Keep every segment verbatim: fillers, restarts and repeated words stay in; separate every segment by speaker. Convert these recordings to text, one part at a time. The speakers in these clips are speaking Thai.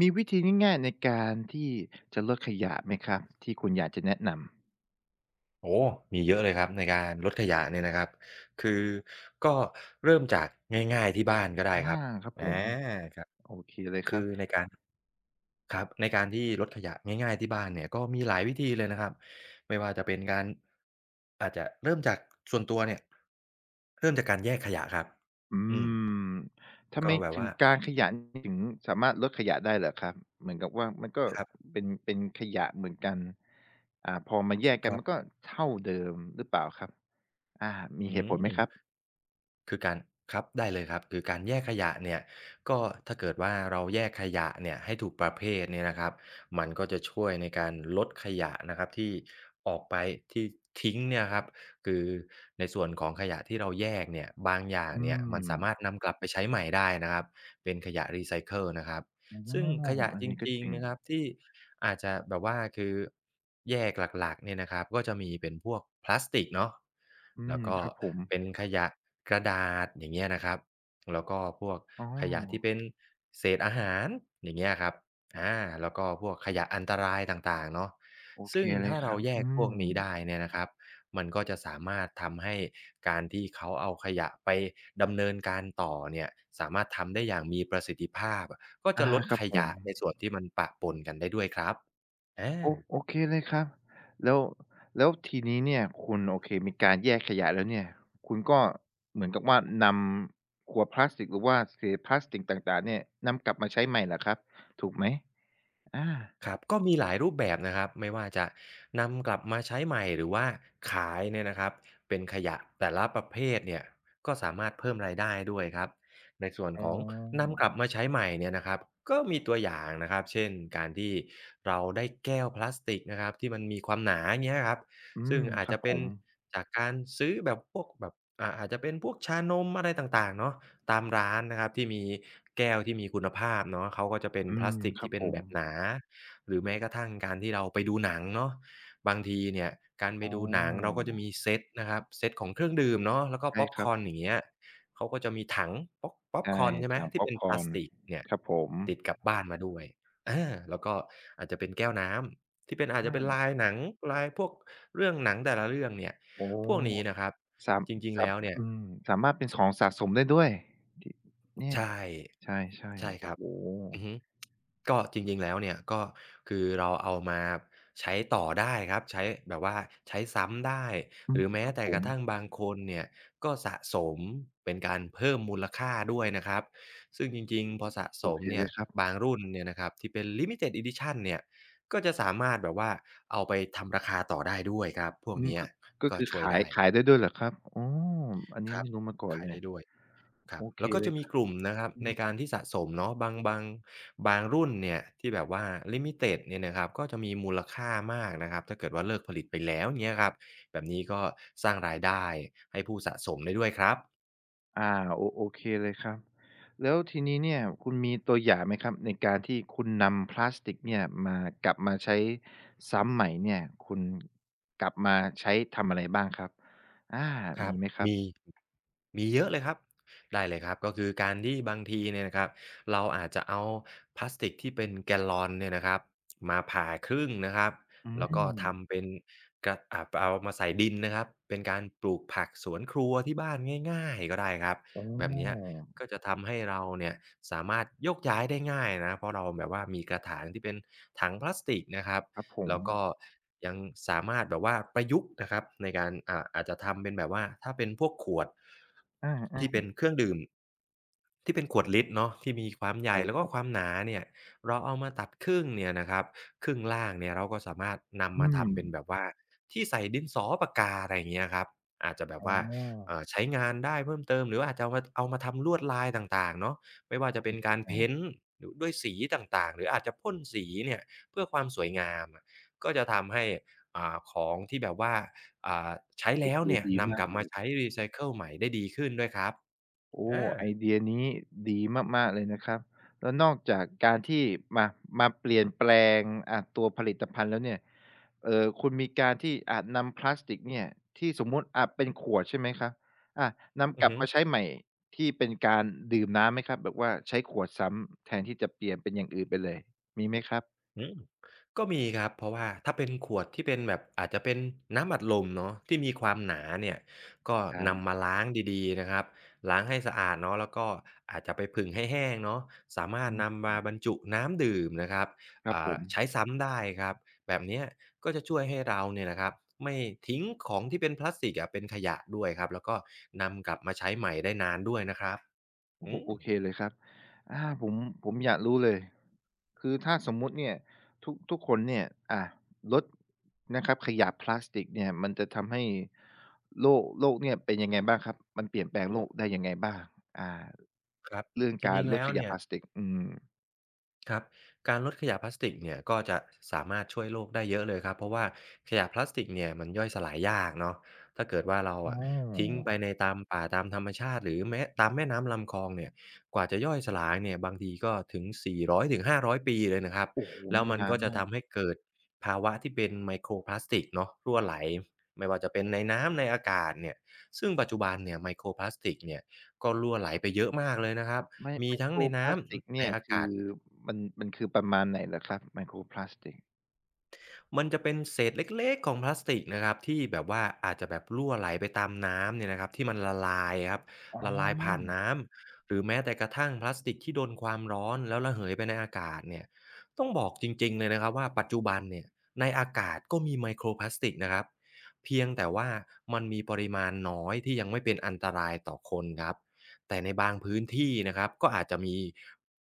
Speaker 1: มีวิธีง่ายๆในการที่จะลดขยะไหมครับที่คุณอยากจะแนะนำ
Speaker 2: โอ้มีเยอะเลยครับในการลดขยะเนี่ยนะครับคือก็เริ่มจากง่ายๆที่บ้านก็
Speaker 1: อ
Speaker 2: ได้ครั
Speaker 1: า
Speaker 2: บ
Speaker 1: ครับผ
Speaker 2: อา
Speaker 1: ม
Speaker 2: ครับ
Speaker 1: โอเคเลยค
Speaker 2: คื
Speaker 1: รั
Speaker 2: อ
Speaker 1: บ
Speaker 2: ในการครับในการที่ลดขยะง่ายๆที่บ้านเนี่ยก็มีหลายวิธีเลยนะครับไม่ว่าจะเป็นการอาจจะเริ่มจากส่วนตัวเนี่ยเริ่มจากการแยกขยะครับ
Speaker 1: อื
Speaker 2: อืม
Speaker 1: มทำไม
Speaker 2: ก็แบบ
Speaker 1: ถึง
Speaker 2: ว่า
Speaker 1: การขยะถึงสามารถลดขยะได้เหรอครับเหมือนกับว่ามันก็
Speaker 2: ครับ
Speaker 1: เป็นเป็นขยะเหมือนกันอ่าพอมาแยกกั
Speaker 2: ค
Speaker 1: น
Speaker 2: รั
Speaker 1: มันก็
Speaker 2: บ
Speaker 1: เท่าเดิมหรือเปล่าครับอามี
Speaker 2: อื
Speaker 1: เหตุผลไหมครั
Speaker 2: ม
Speaker 1: บ
Speaker 2: คือการครับได้เลยครับคือการแยกขยะเนี่ยก็ถ้าเกิดว่าเราแยกขยะเนี่ยให้ถูกประเภทเนี่ยนะครับมันก็จะช่วยในการลดขยะนะครับที่ออกไปที่ทิ้งเนี่ยครับคือในส่วนของขยะที่เราแยกเนี่ยบางอย่าง
Speaker 1: อื
Speaker 2: เนี่ยมั
Speaker 1: ม
Speaker 2: นสามารถนำกลับไปใช้ใหม่ได้นะครับเป็นขยะรีไซเคิลนะครับ
Speaker 1: อ
Speaker 2: ซึ่ง
Speaker 1: ๋อ
Speaker 2: ขยะ
Speaker 1: อัน
Speaker 2: จ
Speaker 1: นี้ก็
Speaker 2: ริ
Speaker 1: จ
Speaker 2: ง
Speaker 1: ริง
Speaker 2: ๆนะครับที่อาจจะแบบว่าคือแยกหลักๆเนี่ยนะครับก็จะมีเป็นพวกพลาสติกเนาะ
Speaker 1: อื
Speaker 2: แล้
Speaker 1: ม
Speaker 2: วก็
Speaker 1: ครับผม
Speaker 2: เป็นขยะกระดาษอย่างเงี้ยนะครับแล้วก็พวก
Speaker 1: อ๋
Speaker 2: ขยะที่
Speaker 1: อ
Speaker 2: เป็นเศษอาหารอย่างเงี้ยครับอาแล้วก็พวกขยะอันตรายต่างๆเนาะ
Speaker 1: โอเค
Speaker 2: ซึ่ง
Speaker 1: เลย
Speaker 2: ถ้า
Speaker 1: ค
Speaker 2: เรา
Speaker 1: รับ
Speaker 2: แยก
Speaker 1: อื
Speaker 2: พว
Speaker 1: ม
Speaker 2: กนี้ได้เนี่ยนะครับมันก็จะสามารถทำให้การที่เขาเอาขยะไปดำเนินการต่อเนี่ยสามารถทำได้อย่างมีประสิทธิภาพ ก็จะ
Speaker 1: อา
Speaker 2: ลด
Speaker 1: ครับ
Speaker 2: ข
Speaker 1: ผม
Speaker 2: ยะในส่วนที่มันปะปนกันได้ด้วยครับอ
Speaker 1: โอ
Speaker 2: า
Speaker 1: โอเคเลยครับแล้วแล้วทีนี้เนี่ยคุณโอเคมีการแยกขยะแล้วเนี่ยคุณก็เหมือนกับว่านำขวดพลาสติกหรือว่าเศษพลาสติกต่างๆเนี่ยนำกลับมาใช้ใหม่เหรอครับถูกไหมอา
Speaker 2: ครับก็มีหลายรูปแบบนะครับ ไม่ว่าจะนำกลับมาใช้ใหม่หรือว่าขายเนี่ยนะครับเป็นขยะแต่ละประเภทเนี่ยก็สามารถเพิ่มรายได้ด้วยครับ ในส่วน
Speaker 1: อ๋
Speaker 2: ของ
Speaker 1: อ
Speaker 2: นำกลับมาใช้ใหม่เนี่ยนะครับก็มีตัวอย่างนะครับ เช่นการที่เราได้แก้วพลาสติกนะครับที่มันมีความหนาเงี้ยครับ
Speaker 1: อื
Speaker 2: ซึ่
Speaker 1: ม
Speaker 2: งอา
Speaker 1: ค
Speaker 2: จ
Speaker 1: รับ
Speaker 2: จะ
Speaker 1: ผ
Speaker 2: เป็น
Speaker 1: ม
Speaker 2: จากการซื้อแบบพวกแบบอ่าอาจจะเป็นพวกชานมอะไรต่างๆเนาะตามร้านนะครับที่มีแก้วที่มีคุณภาพเนาะเขาก็จะเป็น
Speaker 1: อื
Speaker 2: พลา
Speaker 1: ม
Speaker 2: สติก
Speaker 1: ครับ
Speaker 2: ที่
Speaker 1: ผ
Speaker 2: เป็นแบ
Speaker 1: ม
Speaker 2: บหนา หรือแม้กระทั่งการที่เราไปดูหนังเนาะบางทีเนี่ยการไป
Speaker 1: อ๋
Speaker 2: ดูหนังเรา
Speaker 1: อ
Speaker 2: ก็จะมีเซตนะครับเซตของเครื่องดื่มเนาะแล้วก็
Speaker 1: ใช่
Speaker 2: พ็อป
Speaker 1: ค
Speaker 2: ค
Speaker 1: รับ
Speaker 2: อร์นอย่างเงี้ยเขาก็จะมีถังพ็อปพ็อป
Speaker 1: ใช่
Speaker 2: คอร์นใช่ไหม
Speaker 1: ถัง
Speaker 2: ที่
Speaker 1: พ็อป
Speaker 2: เป็น
Speaker 1: ค
Speaker 2: พ
Speaker 1: อ
Speaker 2: ลา
Speaker 1: ร์
Speaker 2: ส
Speaker 1: น
Speaker 2: ติกเนี่ย
Speaker 1: ครับผม
Speaker 2: ติดกลับบ้านมาด้วยอาแล้วก็อาจจะเป็นแก้วน้ำที่เป็นอาจจะเป็นลาย
Speaker 1: อา
Speaker 2: หนังลายพวกเรื่องหนังแต่ละเรื่องเนี่ย
Speaker 1: โอ้
Speaker 2: พวกนี้นะครับ
Speaker 1: สาม
Speaker 2: จริงๆ
Speaker 1: สาม
Speaker 2: แล้วเนี่ย
Speaker 1: อืมสามารถเป็นของสะสมได้ด้วยที่เนี่ย
Speaker 2: ใช่
Speaker 1: ใช่
Speaker 2: ใช่
Speaker 1: ๆ
Speaker 2: ค
Speaker 1: โอ้
Speaker 2: รับ
Speaker 1: โฮ
Speaker 2: อือฮึก็จริงๆแล้วเนี่ยก็คือเราเอามาใช้ต่อได้ครับใช้แบบว่าใช้ซ้ำได้
Speaker 1: อื
Speaker 2: ห
Speaker 1: ม
Speaker 2: รือ
Speaker 1: ค
Speaker 2: แม้
Speaker 1: รับ
Speaker 2: แต่
Speaker 1: ผ
Speaker 2: ก
Speaker 1: ม
Speaker 2: ระทั่งบางคนเนี่ยก็สะสมเป็นการเพิ่มมูลค่าด้วยนะครับซึ่งจริงๆพอสะ
Speaker 1: โอ
Speaker 2: สม
Speaker 1: เคเล
Speaker 2: เนี่ย
Speaker 1: ยครับ
Speaker 2: บางรุ่นเนี่ยนะครับที่เป็น Limited Edition เนี่ยก็จะสามารถแบบว่าเอาไปทำราคาต่อได้ด้วยครับพว
Speaker 1: อื
Speaker 2: ก
Speaker 1: ม
Speaker 2: เนี้ย
Speaker 1: ก็ก็
Speaker 2: ก็
Speaker 1: คือ
Speaker 2: ช่วย
Speaker 1: ขาย
Speaker 2: ได้
Speaker 1: ขายได้ด้วยเหรอครับอ๋ออันนี้
Speaker 2: ครับ
Speaker 1: ไม่รู้มาก่อน
Speaker 2: ขาย
Speaker 1: เลย
Speaker 2: ได้ด้วย ครั
Speaker 1: โอ
Speaker 2: บ
Speaker 1: เค
Speaker 2: แล้วก็
Speaker 1: เล
Speaker 2: จะ
Speaker 1: ยค
Speaker 2: มี
Speaker 1: รับ
Speaker 2: กลุ่มนะครับ
Speaker 1: อื
Speaker 2: ในการ
Speaker 1: ม
Speaker 2: ที่สะสมเนาะบางบางบางรุ่นเนี่ยที่แบบว่าลิมิเต็ดเนี่ยนะครับก็จะมีมูลค่ามากนะครับถ้าเกิดว่าเลิกผลิตไปแล้วเนี่ยครับแบบนี้ก็สร้างรายได้ให้ผู้สะสมได้ด้วยครับ
Speaker 1: อ่าโอโอเคเลยครับแล้วทีนี้เนี่ยคุณมีตัวอย่างไหมครับในการที่คุณนำพลาสติกเนี่ยมากลับมาใช้ซ้ำใหม่เนี่ยคุณกลับมาใช้ทำอะไรบ้างครับอา
Speaker 2: ครั
Speaker 1: มี
Speaker 2: บ
Speaker 1: ไหมครั
Speaker 2: มี
Speaker 1: บ
Speaker 2: มีเยอะเลยครับ ได้เลยครับก็คือการที่บางทีเนี่ยนะครับเราอาจจะเอาพลาสติกที่เป็นแกลลอนเนี่ยนะครับมาผ่าครึ่งนะครับ
Speaker 1: อื
Speaker 2: แล้วก็ทำ
Speaker 1: ม
Speaker 2: เป็นกระอ่าเอามาใส่ดินนะครับเป็นการปลูกผักสวนครัวที่บ้านง่ายๆก็ได้ครับ
Speaker 1: อ๋อ
Speaker 2: แบบเนี้ยก็จะทำให้เราเนี่ยสามารถโยกย้ายได้ง่ายนะเพราะเราแบบว่ามีกระถางที่เป็นถังพลาสติกนะครับ
Speaker 1: ครับผม
Speaker 2: แล้วก็ยังสามารถแบบว่าประยุกต์นะครับในการอ่าอาจจะทำเป็นแบบว่าถ้าเป็นพวกขวด
Speaker 1: อ
Speaker 2: ที่
Speaker 1: า
Speaker 2: เป็นเครื่องดื่มที่เป็นขวดลิตรเนาะที่มีความ
Speaker 1: ๆ
Speaker 2: ให
Speaker 1: ใช่
Speaker 2: ญ่แล้ว
Speaker 1: ค
Speaker 2: ก็
Speaker 1: รั
Speaker 2: ความ
Speaker 1: บ
Speaker 2: หนาเนี่ยเราเอามาตัดครึ่งเนี่ยนะครับครึ่งล่างเนี่ยเราก็สามารถ
Speaker 1: อื
Speaker 2: นำมา
Speaker 1: ม
Speaker 2: ทำเป็นแบบว่าที่ใส่ดินสอปากกาอะไรอย่างเงี้ยครับอาจจะแบบ
Speaker 1: อ
Speaker 2: ว่า
Speaker 1: ๋
Speaker 2: เอ่อใช้งานได้เพิ่มเติมหรือว่าอาจจะเอามาเอามาทำลวดลายต่างๆเนาะไม่ว่าจะเป็นการเพ้น
Speaker 1: อ
Speaker 2: ต์หรือด้วยสีต่างๆหรืออาจจะพ่นสีเนี่ยเพื่อความสวยงาม ก็จะทำให้อ่าของที่แบบว่าอ่าใช้
Speaker 1: ไอ
Speaker 2: แล้ว
Speaker 1: เดีย
Speaker 2: เนี่ย
Speaker 1: ดีมา
Speaker 2: นำก
Speaker 1: ก
Speaker 2: ลับ
Speaker 1: เล
Speaker 2: มา
Speaker 1: ย
Speaker 2: ใช้รีไซเคิลใหม่ได้ดีขึ้นด้วยครับ
Speaker 1: โอ้
Speaker 2: อา
Speaker 1: ไอเดียนี้ดีมากๆเลยนะครับแล้วนอกจากการที่มามาเปลี่ยนแปลงอ่าตัวผลิตภัณฑ์แล้วเนี่ยเอ่อคุณมีการที่อ่านำพลาสติกเนี่ยที่สมมุติอ่าเป็นขวดใช่ไหมครับอ่านำก
Speaker 2: อือ
Speaker 1: ลับ
Speaker 2: ฮึ
Speaker 1: มาใช้ใหม่ที่เป็นการดื่มน้ำไหมครับแบบว่าใช้ขวดซ้ำแทนที่จะเปลี่ยนเป็นอย่างอื่นไปเลยมีไหมครับ
Speaker 2: อืมก็มีครับเพราะว่าถ้าเป็นขวดที่เป็นแบบอาจจะเป็นน้ำอัดลมเนาะที่มีความหนาเนี่ยก็
Speaker 1: อา
Speaker 2: นำมาล้างดีๆนะครับล้างให้สะอาดเนาะแล้วก็อาจจะไปผึ่งให้แห้งเนาะสามาร
Speaker 1: อื
Speaker 2: ถ
Speaker 1: ม
Speaker 2: นำมาบรรจุน้ำดื่มนะครับ
Speaker 1: ครับผ
Speaker 2: อ่า
Speaker 1: ม
Speaker 2: ใช้ซ้ำได้ครับแบบเนี้ยก็จะช่วยให้เราเนี่ยนะครับไม่ทิ้งของที่เป็นพลาสติกอะเป็นขยะด้วยครับแล้วก็นำกลับมาใช้ใหม่ได้นานด้วยนะครับ
Speaker 1: โอ้โฮ
Speaker 2: อืม
Speaker 1: โอเคเลยครับอาผมผมอยากรู้เลยคือถ้าสมมุติเนี่ยทุกทุกคนเนี่ยอาลดนะครับขยะพลาสติกเนี่ยมันจะทำให้โลกโลกเนี่ยเป็นยังไงบ้างครับมันเปลี่ยนแปลงโลกได้ยังไงบ้างอ่า
Speaker 2: ครับ
Speaker 1: เรื่อง
Speaker 2: จ
Speaker 1: การ
Speaker 2: ริงๆ
Speaker 1: ลด
Speaker 2: แล้
Speaker 1: ข
Speaker 2: ว
Speaker 1: ยะ
Speaker 2: เนี่
Speaker 1: พ
Speaker 2: ย
Speaker 1: ลาสติกอืม
Speaker 2: ครับ การลดขยะพลาสติกเนี่ยก็จะสามารถช่วยโลกได้เยอะเลยครับ เพราะว่าขยะพลาสติกเนี่ยมันย่อยสลายยากเนาะถ้าเกิดว่าเรา
Speaker 1: อ๋อ
Speaker 2: อะทิ้งไปในตามป่าตามธรรมชาติหรือแม้ตามแม่น้ำลำคลองเนี่ย กว่าจะย่อยสลายเนี่ยบางทีก็ถึงสี่ร้อยถึงห้าร้อยปีเลยนะครับ
Speaker 1: โอ้โฮ
Speaker 2: แล้ว
Speaker 1: มัน
Speaker 2: มัน
Speaker 1: นาน
Speaker 2: ก็จะ
Speaker 1: มาก
Speaker 2: ทำให้เกิดภาวะที่เป็นไมโครพลาสติกเนาะรั่วไหลไม่ว่าจะเป็นในน้ำในอากาศเนี่ยซึ่งปัจจุบันเนี่ยไมโครพลาสติกเนี่ยก็รั่วไหลไปเยอะมากเลยนะครับ
Speaker 1: ไม
Speaker 2: มี
Speaker 1: ไมโค
Speaker 2: ทั้ง
Speaker 1: ร
Speaker 2: ใน
Speaker 1: พ
Speaker 2: น้
Speaker 1: ลาสติก
Speaker 2: ำใน
Speaker 1: เนี่ย
Speaker 2: อา
Speaker 1: คื
Speaker 2: กา
Speaker 1: อ
Speaker 2: ศ
Speaker 1: มันมันคือประมาณไหนเหรอครับไมโครพลาสติก
Speaker 2: มันจะเป็นเศษเล็กๆของพลาสติกนะครับที่แบบว่าอาจจะแบบรั่วไหลไปตามน้ำเนี่ยนะครับที่มันละลายครับ
Speaker 1: อ๋อ
Speaker 2: ละลายผ่านน้ำหรือแม้แต่กระทั่งพลาสติกที่โดนความร้อนแล้วระเหยไปในอากาศเนี่ยต้องบอกจริงๆเลยนะครับว่าปัจจุบันเนี่ยในอากาศก็มีไมโครพลาสติกนะครับเพียงแต่ว่ามันมีปริมาณน้อยที่ยังไม่เป็นอันตรายต่อคนครับแต่ในบางพื้นที่นะครับก็อาจจะมี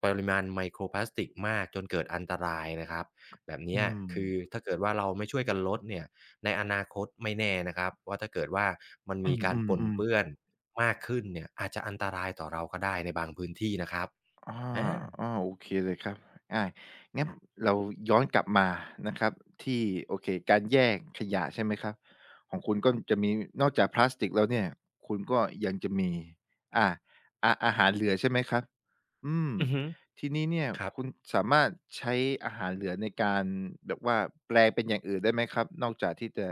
Speaker 2: ปริมาณไมโครพลาสติกมากจนเกิดอันตรายนะครับ แบบเนี้
Speaker 1: อื
Speaker 2: ยคือ
Speaker 1: ม
Speaker 2: ถ้าเกิดว่าเราไม่ช่วยกันลดเนี่ยในอนาคตไม่แน่นะครับว่าถ้าเกิดว่ามัน
Speaker 1: อื
Speaker 2: มีการปน
Speaker 1: มๆ
Speaker 2: เปื้
Speaker 1: ๆ
Speaker 2: อนมากขึ้นเนี่ยอาจจะอันตรายต่อเราก็ได้ในบางพื้นที่นะครับ
Speaker 1: อา
Speaker 2: อา
Speaker 1: ออโอเคเลยครับอางั้นเราย้อนกลับมานะครับที่โอเคการแยกขยะใช่ไหมครับของคุณก็จะมีนอกจากพลาสติกแล้วเนี่ยคุณก็ยังจะมีอ่าอาอาหารเหลือใช่ไหมครับอืม
Speaker 2: อือฮึ
Speaker 1: ทีนี้เนี่ย
Speaker 2: ครับ
Speaker 1: คุณสามารถใช้อาหารเหลือในการแบบว่าแปลงเป็นอย่างอื่นได้ไหมครับนอกจากที่จะ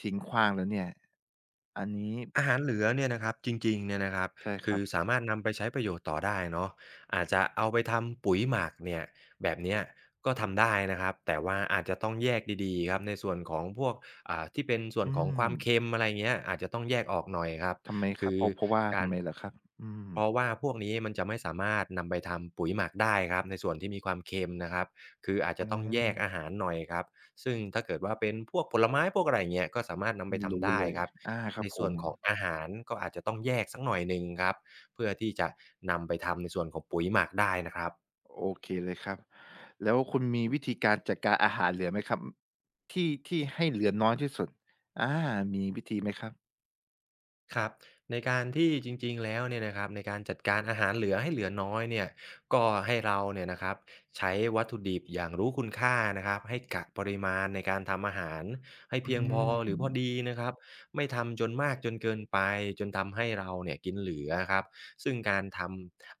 Speaker 1: ทิ้งขว้างแล้วเนี่ยอันนี้
Speaker 2: อาหารเหลือเนี่ยนะครับจริงๆเนี่ยนะครับ
Speaker 1: ใช่ค
Speaker 2: คื
Speaker 1: รั
Speaker 2: อ
Speaker 1: บ
Speaker 2: สามารถนำไปใช้ประโยชน์ต่อได้เนาะอาจจะเอาไปทำปุ๋ยหมักเนี่ยแบบเนี้ยก็ทำได้นะครับแต่ว่าอาจจะต้องแยกดีๆครับในส่วนของพวกอ่าที่เป็นส่ว
Speaker 1: อื
Speaker 2: นของ
Speaker 1: ม
Speaker 2: ความเค็มอะไรเงี้ยอาจจะต้องแยกออกหน่อยครับ
Speaker 1: ทำไมครั
Speaker 2: คื
Speaker 1: บ
Speaker 2: อ
Speaker 1: เพราะเพราะว่า
Speaker 2: กา
Speaker 1: ทำ
Speaker 2: ร
Speaker 1: ไมเหรอครับอืม
Speaker 2: เพราะว่าพวกนี้มันจะไม่สามารถนำไปทำปุ๋ยหมักได้ครับในส่วนที่มีความเค็มนะครับคืออาจจะ
Speaker 1: อา
Speaker 2: ต้องแย
Speaker 1: ม
Speaker 2: กอาหารหน่อยครับซึ่งถ้าเกิดว่าเป็นพวกผลไม้พวกอะไรอย่างเงี้ยก็สามารถนำไปทำ
Speaker 1: รู้
Speaker 2: ได้
Speaker 1: เลย
Speaker 2: ครับ
Speaker 1: อาครั
Speaker 2: ใน
Speaker 1: บผ
Speaker 2: ส่ว
Speaker 1: ม
Speaker 2: นของอาหารก็อาจจะต้องแยกสักหน่อยหนึ่งครับเพื่อที่จะนำไปทำในส่วนของปุ๋ยหมักได้นะครับ
Speaker 1: โอเคเลยครับแล้วคุณมีวิธีการจัดการอาหารเหลือไหมครับที่ที่ให้เหลือน้อยที่สุดอามีวิธีไหมครับ
Speaker 2: ครับในการที่จริงๆแล้วเนี่ยนะครับในการจัดการอาหารเหลือให้เหลือน้อยเนี่ยก็ให้เราเนี่ยนะครับใช้วัตถุดิบอย่างรู้คุณค่านะครับให้กะปริมาณในการทำอาหารให้
Speaker 1: อื
Speaker 2: เพียงพอหรือพอ
Speaker 1: ม
Speaker 2: ดีนะครับไม่ทำจนมากจนเกินไปจนทำให้เราเนี่ยกินเหลือครับซึ่งการท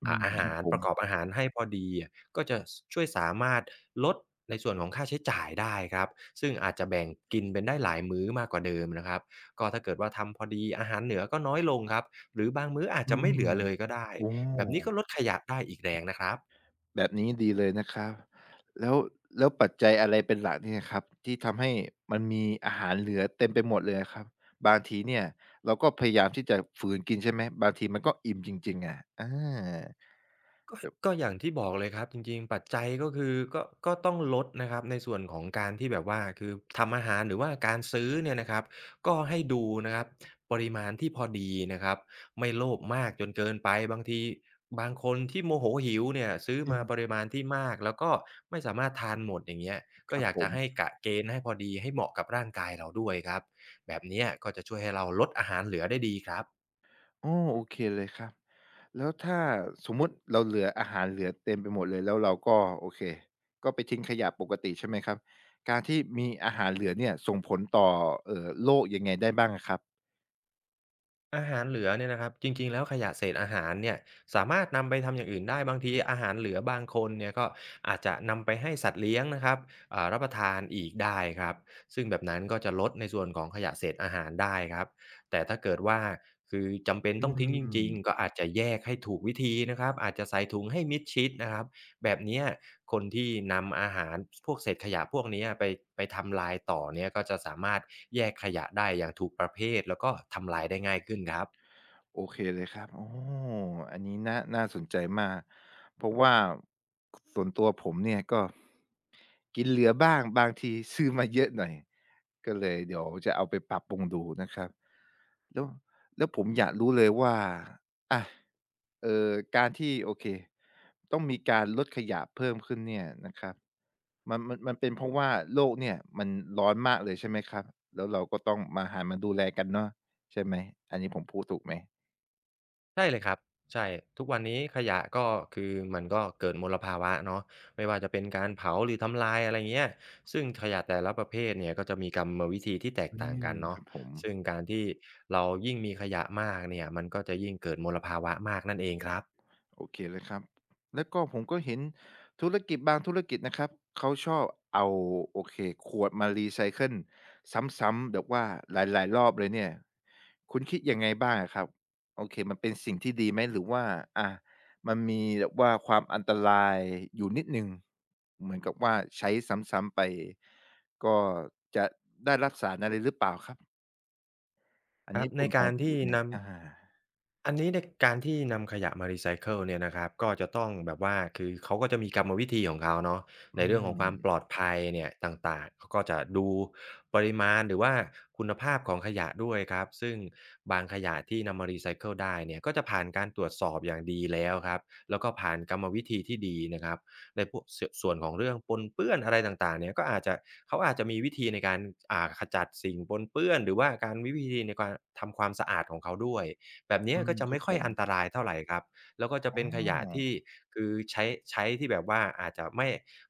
Speaker 1: อื
Speaker 2: อ่า
Speaker 1: ม
Speaker 2: อา
Speaker 1: ครั
Speaker 2: หา
Speaker 1: บ
Speaker 2: ร
Speaker 1: ผ
Speaker 2: ป
Speaker 1: ม
Speaker 2: ระกอบอาหารให้พอดีอะก็จะสช่วยสามารถลดในส่วนของค่าใช้จ่ายได้ครับซึ่งอาจจะแบ่งกินเป็นได้หลายมื้อมากกว่าเดิมนะครับ ก็ถ้าเกิดว่าทำพอดีอาหารเหนือก็น้อยลงครับหรือบางมื้ออาจ
Speaker 1: อื
Speaker 2: จะไม่
Speaker 1: ม
Speaker 2: เหลือเลยก็ได้
Speaker 1: โอ้
Speaker 2: แบบนี้ก็ลดขยะได้อีกแรงนะครับ
Speaker 1: แบบนี้ดีเลยนะครับแล้วแล้วปัจจัยอะไรเป็นหลักเนี่ยครับที่ทำให้มันมีอาหารเหลือเต็มไปหมดเลยอะครับบางทีเนี่ยเราก็พยายามที่จะฝืนกินใช่ไหมบางทีมันก็อิ่มจริงๆอะอา
Speaker 2: ก็ก็อย่างที่บอกเลยครับจริงๆปัจจัยก็คือก็ก็ต้องลดนะครับในส่วนของการที่แบบว่าคือทำอาหารหรือว่าการซื้อเนี่ยนะครับก็ให้ดูนะครับปริมาณที่พอดีนะครับไม่โลภมากจนเกินไปบางทีบางคนที่โมโหหิวเนี่ยซื้อ
Speaker 1: อื
Speaker 2: มาป
Speaker 1: ม
Speaker 2: ริมาณที่มากแล้วก็ไม่สามารถทานหมดอย่างเงี้ย
Speaker 1: ค
Speaker 2: ก็
Speaker 1: รับ
Speaker 2: อยาก
Speaker 1: ผ
Speaker 2: จะ
Speaker 1: ม
Speaker 2: ให้กะเกณฑ์ให้พอดีให้เหมาะกับร่างกายเราด้วยครับแบบเนี้ยก็จะช่วยให้เราลดอาหารเหลือได้ดีครับ
Speaker 1: อ๋อโอเคเลยครับแล้วถ้าสมมุติเราเหลืออาหารเหลือเต็มไปหมดเลยแล้วเราก็โอเคก็ไปทิ้งขยะปกติใช่ไหมครับการที่มีอาหารเหลือเนี่ยส่งผลต่อเอ่อโลกยังไงได้บ้างอะครับ
Speaker 2: อาหารเหลือเนี่ยนะครับจริงๆแล้วขยะเศษอาหารเนี่ยสามารถนำไปทำอย่างอื่นได้บางทีอาหารเหลือบางคนเนี่ยก็อาจจะนำไปให้สัตว์เลี้ยงนะครับอ่ารับประทานอีกได้ครับซึ่งแบบนั้นก็จะลดในส่วนของขยะเศษอาหารได้ครับแต่ถ้าเกิดว่าคือจำเป็น
Speaker 1: อื
Speaker 2: ต้องทิ้งจริง
Speaker 1: ม
Speaker 2: ๆก็อาจจะแยกให้ถูกวิธีนะครับอาจจะใส่ถุงให้มิดชิดนะครับ แบบเนี้ยคนที่นำอาหารพวกเศษขยะพวกเนี้ยไปไปทำลายต่อเนี่ยก็จะสามารถแยกขยะได้อย่างถูกประเภทแล้วก็ทำลายได้ง่ายขึ้นครับ
Speaker 1: โอเคเลยครับโอ้อันนี้น่าน่าสนใจมาก เพราะว่าส่วนตัวผมเนี่ยก็กินเหลือบ้างบางทีซื้อมาเยอะหน่อย ก็เลยเดี๋ยวจะเอาไปปรับปรุงดูนะครับแล้วแล้วผมอยากรู้เลยว่าอะเอ่อการที่โอเค ต้องมีการลดขยะเพิ่มขึ้นเนี่ยนะครับมันมันมันเป็นเพราะว่าโลกเนี่ยมันร้อนมากเลยใช่ไหมครับแล้วเราก็ต้องมาหันมาดูแลกันเนาะใช่ไหมอันนี้ผมพูดถูกไหม
Speaker 2: ใช่เลยครับใช่ทุกวันนี้ขยะก็คือมันก็เกิดมลภาวะเนาะไม่ว่าจะเป็นการเผาหรือทำลายอะไรเงี้ยซึ่งขยะแต่ละประเภทเนี่ยก็จะมีกรรมวิธีที่แตก
Speaker 1: อื
Speaker 2: ต่าง
Speaker 1: ม
Speaker 2: กัน
Speaker 1: ค
Speaker 2: เนาะ
Speaker 1: รับผม
Speaker 2: ซึ่งการที่เรายิ่งมีขยะมากเนี่ยมันก็จะยิ่งเกิดมลภาวะมากนั่นเองครับ
Speaker 1: โอเคเลยครับแล้วก็ผมก็เห็นธุรกิจบางธุรกิจนะครับเขาชอบเอาโอเคขวดมารีไซเคิลซ้ำๆแบบว่าหลายๆรอบเลยเนี่ยคุณคิดยังไงบ้างอะครับโอเคมันเป็นสิ่งที่ดีไหมหรือว่าอามันมีแบบว่าความอันตรายอยู่นิดหนึ่งเหมือนกับว่าใช้ซ้ำๆไปก็จะได้รับสารอะไรหรือเปล่าครับอัน
Speaker 2: ครั
Speaker 1: นี้
Speaker 2: บใน
Speaker 1: คุณพอ
Speaker 2: การ
Speaker 1: จะ
Speaker 2: ที่
Speaker 1: รู้ไหม
Speaker 2: นำ
Speaker 1: อา
Speaker 2: อันนี้ในการที่นำขยะมารีไซเคิลเนี่ยนะครับก็จะต้องแบบว่าคือเขาก็จะมีกรรมวิธีของเขาเนาะ
Speaker 1: อื
Speaker 2: ในเรื่องของความปลอ
Speaker 1: ม
Speaker 2: ดภัยเนี่ยต่างๆเขาก็จะดูปริมาณหรือว่าคุณภาพของขยะด้วยครับซึ่งบางขยะที่นำมารีไซเคิลได้เนี่ยก็จะผ่านการตรวจสอบอย่างดีแล้วครับแล้วก็ผ่านกรรมวิธีที่ดีนะครับ ในพวกสส่วนของเรื่องปนเปื้อนอะไรต่างๆเนี่ยก็อาจจะเขาอาจจะมีวิธีในการอ่าขจัดสิ่งปนเปื้อนหรือว่าการวิวิธีในการทำความสะอาดของเขาด้วยแบบเนี้
Speaker 1: อื
Speaker 2: ย
Speaker 1: ม
Speaker 2: ก็จะ
Speaker 1: ครั
Speaker 2: ไม่
Speaker 1: บผ
Speaker 2: ค่อย
Speaker 1: ม
Speaker 2: อันตรายเท่าไรครับแล้วก็จะ
Speaker 1: อ๋อ
Speaker 2: เป็นขยะที่คือใช้ใช้ที่แบบว่าอาจจะไม่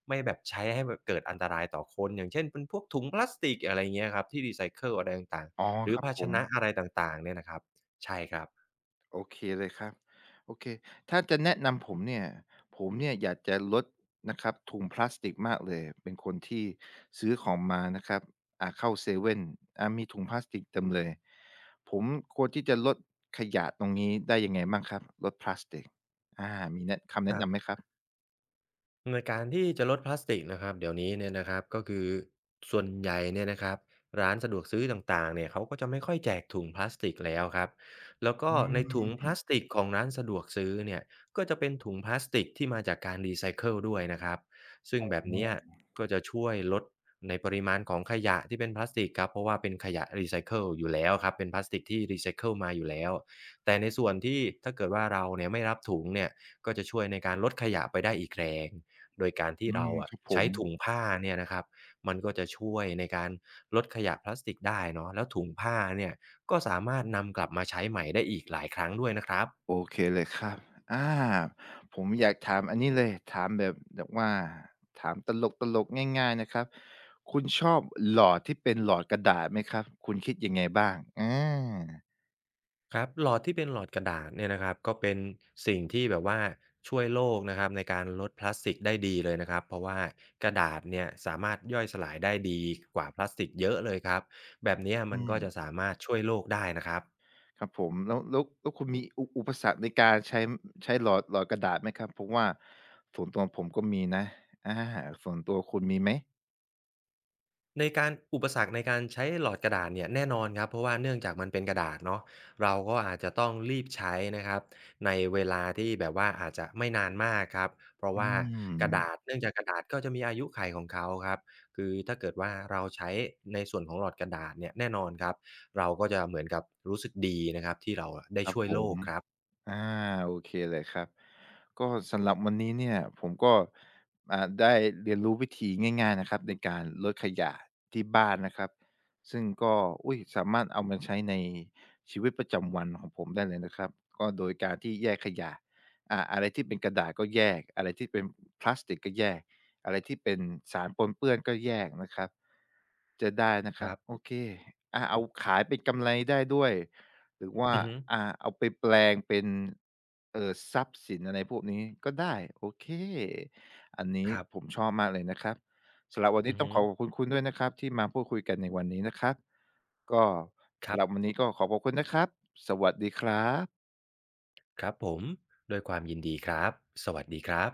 Speaker 2: ไม่แบบใช้ให้แบบเกิดอันตรายต่อคนอย่างเช่นเป็นพวกถุงพลาสติกอะไรอย่างเงี้ยครับที่รีไซเคิลอะไรต่าง
Speaker 1: อ๋อ
Speaker 2: ๆหรื
Speaker 1: ค
Speaker 2: อ
Speaker 1: รับ
Speaker 2: ภา
Speaker 1: ผ
Speaker 2: ช
Speaker 1: ม
Speaker 2: นะอะไรต่างๆเนี่ยนะครับใช่ครับ
Speaker 1: โอเคเลยครับโอเคถ้าจะแนะนำผมเนี่ยผมเนี่ยอยากจะลดนะครับถุงพลาสติกมากเลยเป็นคนที่ซื้อของมานะครับอ่าเข้าเซเว่นอ่ามีถุงพลาสติกเต็มเลยผมควรที่จะลดขยะตรงนี้ได้ยังไงบ้างครับลดพลาสติกอามีแนะคำ
Speaker 2: ค
Speaker 1: แนะ
Speaker 2: รั
Speaker 1: นำไหม
Speaker 2: บ
Speaker 1: ครับ
Speaker 2: ในการที่จะลดพลาสติกนะครับเดี๋ยวนี้เนี่ยนะครับก็คือส่วนใหญ่เนี่ยนะครับร้านสะดวกซื้อต่างๆเนี่ยเขาก็จะไม่ค่อยแจกถุงพลาสติกแล้วครับแล้วก็
Speaker 1: อื
Speaker 2: ในถุงพ
Speaker 1: ม
Speaker 2: ลาสติกของร้านสะดวกซื้อเนี่ยก็จะเป็นถุงพลาสติกที่มาจากการรีไซเคิลด้วยนะครับซึ่งแบบเนี้
Speaker 1: อ
Speaker 2: ย
Speaker 1: อ
Speaker 2: ก็จะช่วยลดในปริมาณของขยะที่เป็นพลาสติกครับเพราะว่าเป็นขยะรีไซเคิลอยู่แล้วครับเป็นพลาสติกที่รีไซเคิลมาอยู่แล้วแต่ในส่วนที่ถ้าเกิดว่าเราเนี่ยไม่รับถุงเนี่ยก็จะช่วยในการลดขยะไปได้อีกแรง โดยการที่
Speaker 1: อื
Speaker 2: เรา
Speaker 1: มค
Speaker 2: อะ
Speaker 1: รับผ
Speaker 2: ใช้
Speaker 1: ม
Speaker 2: ถุงผ้าเนี่ยนะครับมันก็จะช่วยในการลดขยะพลาสติกได้เนาะแล้วถุงผ้าเนี่ยก็สามารถนำกลับมาใช้ใหม่ได้อีกหลายครั้งด้วยนะครับ
Speaker 1: โอเคเลยครับอ่าผมอยากถามอันนี้เลยถามแบบแบบว่าถามตลกๆง่ายๆนะครับคุณชอบหลอดที่เป็นหลอดกระดาษไหมครับคุณคิดยังไงบ้างอา
Speaker 2: ครับหลอดที่เป็นหลอดกระดาษเนี่ยนะครับก็เป็นสิ่งที่แบบว่าช่วยโลกนะครับในการลดพลาสติกได้ดีเลยนะครับเพราะว่ากระดาษเนี่ยสามารถย่อยสลายได้ดีกว่าพลาสติกเยอะเลยครับแบบเนี้ยมั
Speaker 1: อื
Speaker 2: น
Speaker 1: ม
Speaker 2: ก็จะสามารถช่วยโลกได้นะครับ
Speaker 1: ครับผมแล้วแล้วแล้วคุณมีอุอุปสรรคในการใช้ใช้หลอดหลอดกระดาษไหมครับเพราะว่าส่วนตัวผมก็มีนะอาส่วนตัวคุณมีไหม
Speaker 2: ในการอุปสรรคในการใช้หลอดกระดาษเนี่ยแน่นอนครับเพราะว่าเนื่องจากมันเป็นกระดาษเนาะเราก็อาจจะต้องรีบใช้นะครับในเวลาที่แบบว่าอาจจะไม่นานมากครับเพราะ
Speaker 1: อื
Speaker 2: ว่ากระดาษ
Speaker 1: ม
Speaker 2: เนื่องจากกระดาษก็จะมีอายุขัยของเขาครับคือถ้าเกิดว่าเราใช้ในส่วนของหลอดกระดาษเนี่ยแน่นอนครับเราก็จะเหมือนกับรู้สึกดีนะครับที่เราอะได้
Speaker 1: ครับ
Speaker 2: ช่วย
Speaker 1: ผ
Speaker 2: โล
Speaker 1: ม
Speaker 2: กครับ
Speaker 1: อาโอเคเลยครับก็สำหรับวันนี้เนี่ยผมก็อ่าได้เรียนรู้วิธีง่ายๆนะครับในการลดขยะที่บ้านนะครับซึ่งก็อุ๊ยสามารถเอามาใช้ในชีวิตประจำวันของผมได้เลยนะครับก็โดยการที่แยกขยะอ่าอะไรที่เป็นกระดาษก็แยกอะไรที่เป็นพลาสติกก็แยกอะไรที่เป็นสารปนเปื้อนก็แยกนะครับจะได้นะค
Speaker 2: ค
Speaker 1: รับ
Speaker 2: รั
Speaker 1: โอ
Speaker 2: บ
Speaker 1: เคอาเอาขายเป็นกำไรได้ด้วย หรือว่า
Speaker 2: อือฮึ
Speaker 1: อ่าเอาไปแปลงเป็นเอ่อทรัพย์สินอะไรพวกนี้ก็ได้โอเคอันนี้
Speaker 2: ครับ
Speaker 1: ผมชอบมากเลยนะครับสำหรับวันนี้
Speaker 2: อือ
Speaker 1: ต้อง
Speaker 2: ฮึ
Speaker 1: ขอขอบคุณคุณด้วยนะครับที่มาพูดคุยกันในวันนี้นะครับก็
Speaker 2: ค
Speaker 1: สำ
Speaker 2: รั
Speaker 1: หรับวัน
Speaker 2: บ
Speaker 1: นี้ก็ขอขอบคุณนะครับสวัสดีครับ
Speaker 2: ครับผมด้วยความยินดีครับสวัสดีครับ